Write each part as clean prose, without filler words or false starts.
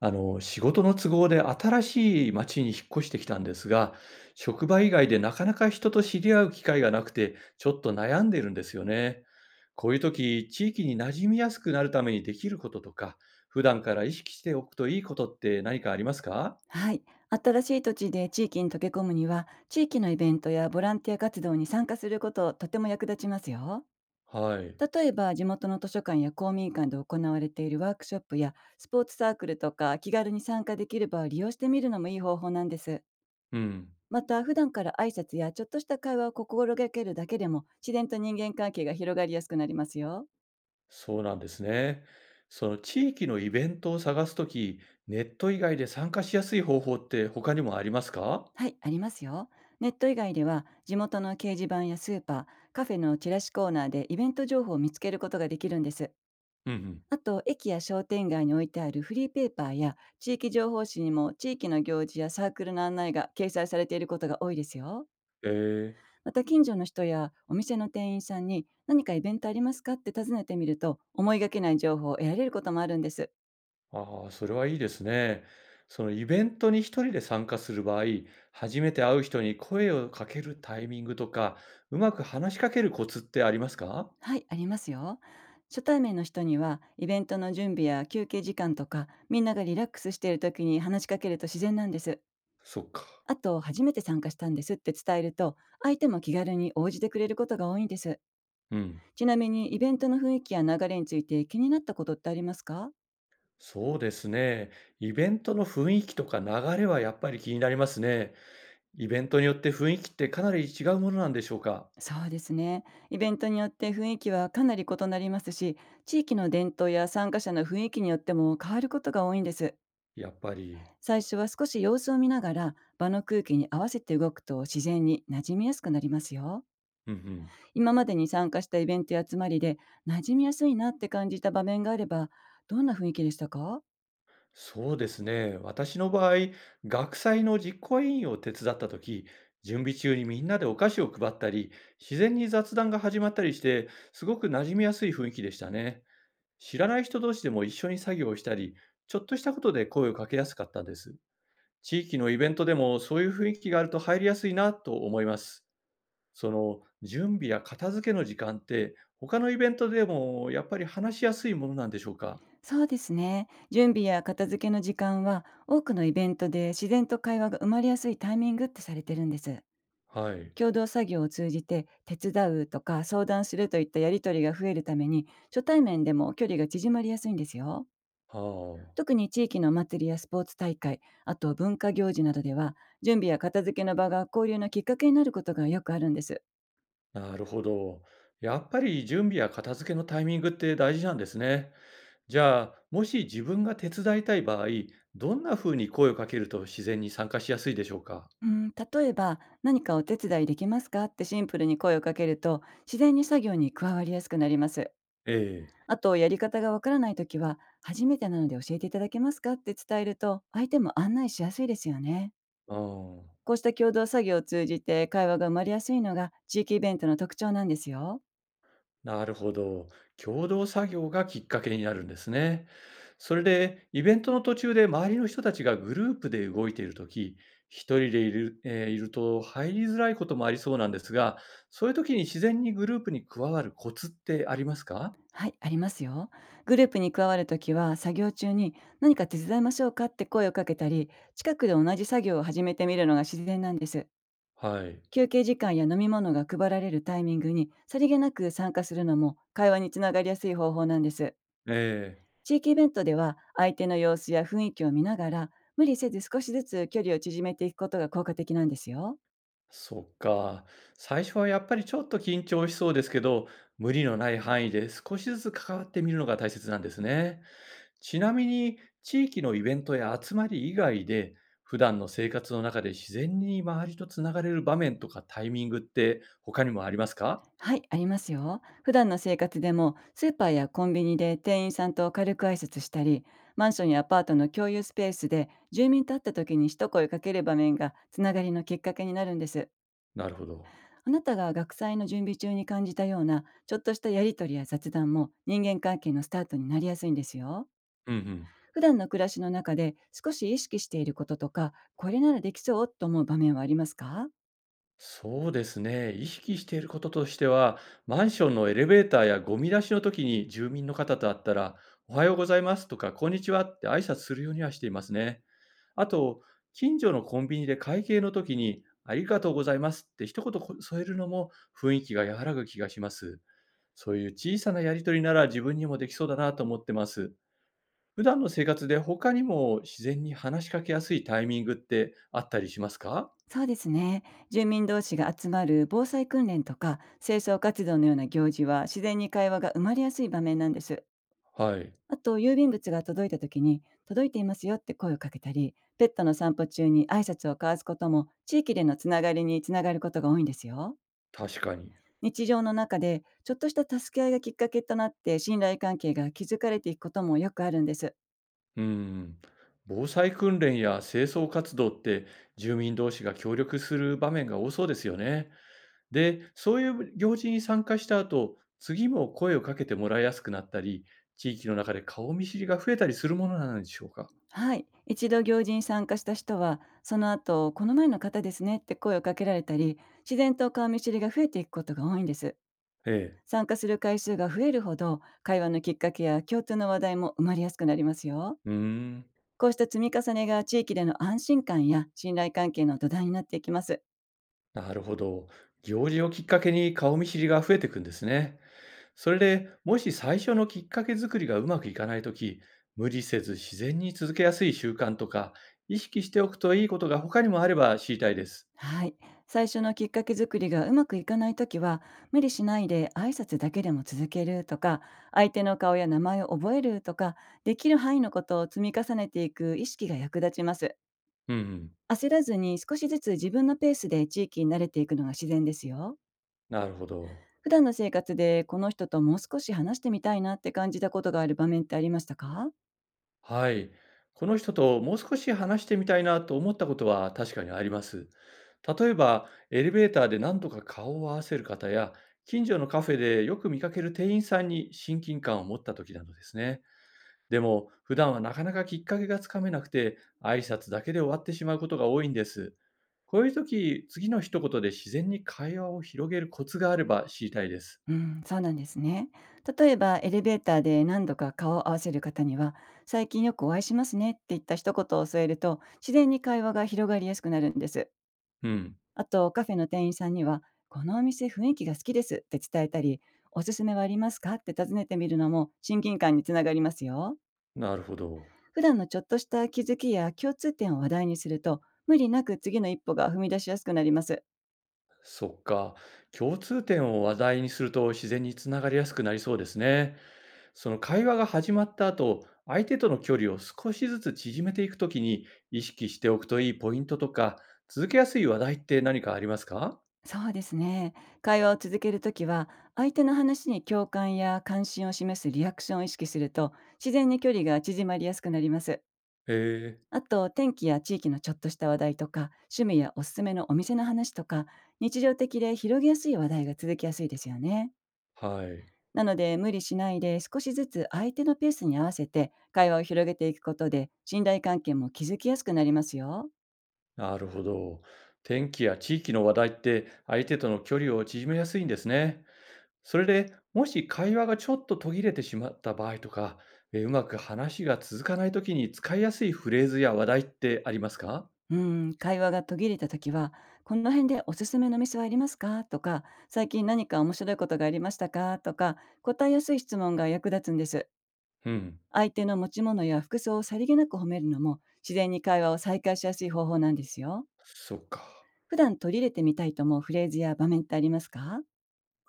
仕事の都合で新しい町に引っ越してきたんですが、職場以外でなかなか人と知り合う機会がなくて、ちょっと悩んでいるんですよね。こういう時、地域に馴染みやすくなるためにできることとか、普段から意識しておくといいことって何かありますか？はい。新しい土地で地域に溶け込むには、地域のイベントやボランティア活動に参加することとても役立ちますよ。はい。例えば、地元の図書館や公民館で行われているワークショップや、スポーツサークルとか気軽に参加できる場を利用してみるのもいい方法なんです。うん。また、普段から挨拶やちょっとした会話を心がけるだけでも、自然と人間関係が広がりやすくなりますよ。そうなんですね。その地域のイベントを探すとき、ネット以外で参加しやすい方法って他にもありますか？はい、ありますよ。ネット以外では、地元の掲示板やスーパー、カフェのチラシコーナーでイベント情報を見つけることができるんです。うんうん。あと、駅や商店街に置いてあるフリーペーパーや地域情報誌にも、地域の行事やサークルの案内が掲載されていることが多いですよ。えーまた、近所の人やお店の店員さんに、何かイベントありますかって尋ねてみると、思いがけない情報を得られることもあるんです。ああ、それはいいですね。そのイベントに一人で参加する場合、初めて会う人に声をかけるタイミングとか、うまく話しかけるコツってありますか？はい、ありますよ。初対面の人には、イベントの準備や休憩時間とか、みんながリラックスしている時に話しかけると自然なんです。そっか。あと、初めて参加したんですって伝えると、相手も気軽に応じてくれることが多いんです。うん。ちなみに、イベントの雰囲気や流れについて気になったことってありますか？そうですね。イベントの雰囲気とか流れはやっぱり気になりますね。イベントによって雰囲気ってかなり違うものなんでしょうか？そうですね。イベントによって雰囲気はかなり異なりますし、地域の伝統や参加者の雰囲気によっても変わることが多いんです。やっぱり。最初は少し様子を見ながら場の空気に合わせて動くと、自然に馴染みやすくなりますよ。うんうん。今までに参加したイベントや集まりで、馴染みやすいなって感じた場面があれば、どんな雰囲気でしたか？そうですね。私の場合、学祭の実行委員を手伝ったとき、準備中にみんなでお菓子を配ったり、自然に雑談が始まったりして、すごく馴染みやすい雰囲気でしたね。知らない人同士でも一緒に作業をしたり、ちょっとしたことで声をかけやすかったです。地域のイベントでもそういう雰囲気があると入りやすいなと思います。その準備や片付けの時間って、他のイベントでもやっぱり話しやすいものなんでしょうか？そうですね。準備や片付けの時間は、多くのイベントで自然と会話が生まれやすいタイミングってされてるんです。はい。共同作業を通じて、手伝うとか相談するといったやりとりが増えるために、初対面でも距離が縮まりやすいんですよ。は特あ。に地域のお祭りやスポーツ大会、あと文化行事などでは、準備や片付けの場が交流のきっかけになることがよくあるんです。なるほど。やっぱり準備や片付けのタイミングって大事なんですね。じゃあ、もし自分が手伝いたい場合、どんな風に声をかけると自然に参加しやすいでしょうか？うん、例えば、何かお手伝いできますかってシンプルに声をかけると、自然に作業に加わりやすくなります。ええ。あと、やり方がわからないときは、初めてなので教えていただけますかって伝えると、相手も案内しやすいですよね。ああ、こうした共同作業を通じて会話が生まれやすいのが、地域イベントの特徴なんですよ。なるほど。共同作業がきっかけになるんですね。それで、イベントの途中で周りの人たちがグループで動いているとき、一人でいる、いると入りづらいこともありそうなんですが、そういう時に自然にグループに加わるコツってありますか？はい、ありますよ。グループに加わるときは、作業中に何か手伝いましょうかって声をかけたり、近くで同じ作業を始めてみるのが自然なんです。はい。休憩時間や飲み物が配られるタイミングにさりげなく参加するのも、会話につながりやすい方法なんです。ええ、地域イベントでは、相手の様子や雰囲気を見ながら、無理せず少しずつ距離を縮めていくことが効果的なんですよ。そっか。最初はやっぱりちょっと緊張しそうですけど、無理のない範囲で少しずつ関わってみるのが大切なんですね。ちなみに、地域のイベントや集まり以外で、普段の生活の中で自然に周りとつながれる場面とかタイミングって他にもありますか？はい、ありますよ。普段の生活でも、スーパーやコンビニで店員さんと軽く挨拶したり、マンションやアパートの共有スペースで住民と会った時に一声かける場面が、つながりのきっかけになるんです。なるほど。あなたが学祭の準備中に感じたような、ちょっとしたやりとりや雑談も、人間関係のスタートになりやすいんですよ。うんうん。普段の暮らしの中で少し意識していることとか、これならできそうと思う場面はありますか？そうですね。意識していることとしては、マンションのエレベーターやゴミ出しの時に住民の方と会ったら、おはようございますとか、こんにちはって挨拶するようにはしていますね。あと、近所のコンビニで会計の時に、ありがとうございますって一言こ添えるのも雰囲気が和らぐ気がします。そういう小さなやりとりなら自分にもできそうだなと思ってます。普段の生活で他にも自然に話しかけやすいタイミングってあったりしますか？そうですね。住民同士が集まる防災訓練とか清掃活動のような行事は、自然に会話が生まれやすい場面なんです。はい、あと、郵便物が届いた時に「届いていますよ」って声をかけたり、ペットの散歩中に挨拶を交わすことも、地域でのつながりにつながることが多いんですよ。確かに。日常の中でちょっとした助け合いがきっかけとなって、信頼関係が築かれていくこともよくあるんです。うーん、防災訓練や清掃活動って住民同士が協力する場面が多そうですよね。で、そういう行事に参加した後、次も声をかけてもらいやすくなったり、地域の中で顔見知りが増えたりするものなんでしょうか。はい。一度行事に参加した人は、その後、この前の方ですねって声をかけられたり、自然と顔見知りが増えていくことが多いんです。ええ。参加する回数が増えるほど、会話のきっかけや共通の話題も生まれやすくなりますよ。うーん。こうした積み重ねが、地域での安心感や信頼関係の土台になっていきます。なるほど。行事をきっかけに顔見知りが増えていくんですね。それでもし最初のきっかけ作りがうまくいかないとき、無理せず自然に続けやすい習慣とか、意識しておくといいことが他にもあれば知りたいです。はい。最初のきっかけ作りがうまくいかないときは、無理しないで挨拶だけでも続けるとか、相手の顔や名前を覚えるとか、できる範囲のことを積み重ねていく意識が役立ちます。うんうん、焦らずに少しずつ自分のペースで地域に慣れていくのが自然ですよ。なるほど。普段の生活で、この人ともう少し話してみたいなって感じたことがある場面ってありましたか？はい。この人ともう少し話してみたいなと思ったことは確かにあります。例えば、エレベーターで何とか顔を合わせる方や、近所のカフェでよく見かける店員さんに親近感を持った時などですね。でも、普段はなかなかきっかけがつかめなくて、挨拶だけで終わってしまうことが多いんです。こういう時、次の一言で自然に会話を広げるコツがあれば知りたいです。うん、そうなんですね。例えばエレベーターで何度か顔を合わせる方には、「最近よくお会いしますね」って言った一言を添えると、自然に会話が広がりやすくなるんです。うん、あとカフェの店員さんには、「このお店雰囲気が好きです」って伝えたり、「おすすめはありますか？」って尋ねてみるのも親近感につながりますよ。なるほど。普段のちょっとした気づきや共通点を話題にすると、無理なく次の一歩が踏み出しやすくなります。そっか。共通点を話題にすると自然につながりやすくなりそうですね。その会話が始まった後、相手との距離を少しずつ縮めていくときに意識しておくといいポイントとか、続けやすい話題って何かありますか？そうですね。会話を続けるときは、相手の話に共感や関心を示すリアクションを意識すると、自然に距離が縮まりやすくなります。へえ、あと、天気や地域のちょっとした話題とか、趣味やおすすめのお店の話とか、日常的で広げやすい話題が続きやすいですよね。はい。なので、無理しないで少しずつ相手のペースに合わせて会話を広げていくことで、信頼関係も築きやすくなりますよ。なるほど。天気や地域の話題って相手との距離を縮めやすいんですね。それでもし会話がちょっと途切れてしまった場合とか、うまく話が続かないときに使いやすいフレーズや話題ってありますか？うーん、会話が途切れた時は、この辺でおすすめの店はありますかとか、最近何か面白いことがありましたかとか、答えやすい質問が役立つんです。うん。相手の持ち物や服装をさりげなく褒めるのも、自然に会話を再開しやすい方法なんですよ。そっか。普段取り入れてみたいと思うフレーズや場面ってありますか？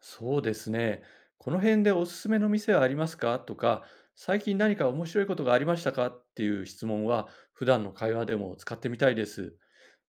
そうですね。この辺でおすすめの店はありますかとか、最近何か面白いことがありましたかっていう質問は、普段の会話でも使ってみたいです。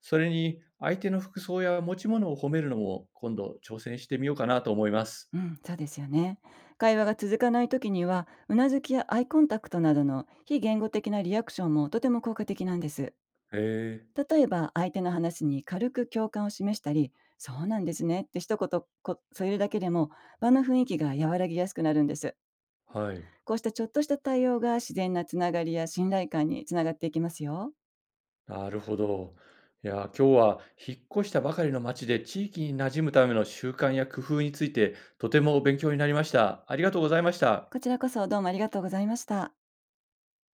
それに、相手の服装や持ち物を褒めるのも、今度挑戦してみようかなと思います。うん、そうですよね。会話が続かない時には、うなずきやアイコンタクトなどの非言語的なリアクションもとても効果的なんです。へえ、例えば相手の話に軽く共感を示したり、「そうなんですね」って一言こ添えるだけでも、場の雰囲気が和らぎやすくなるんです。はい。こうしたちょっとした対応が、自然なつながりや信頼感につながっていきますよ。なるほど。いや、今日は引っ越したばかりの町で地域に馴染むための習慣や工夫について、とても勉強になりました。ありがとうございました。こちらこそ、どうもありがとうございました。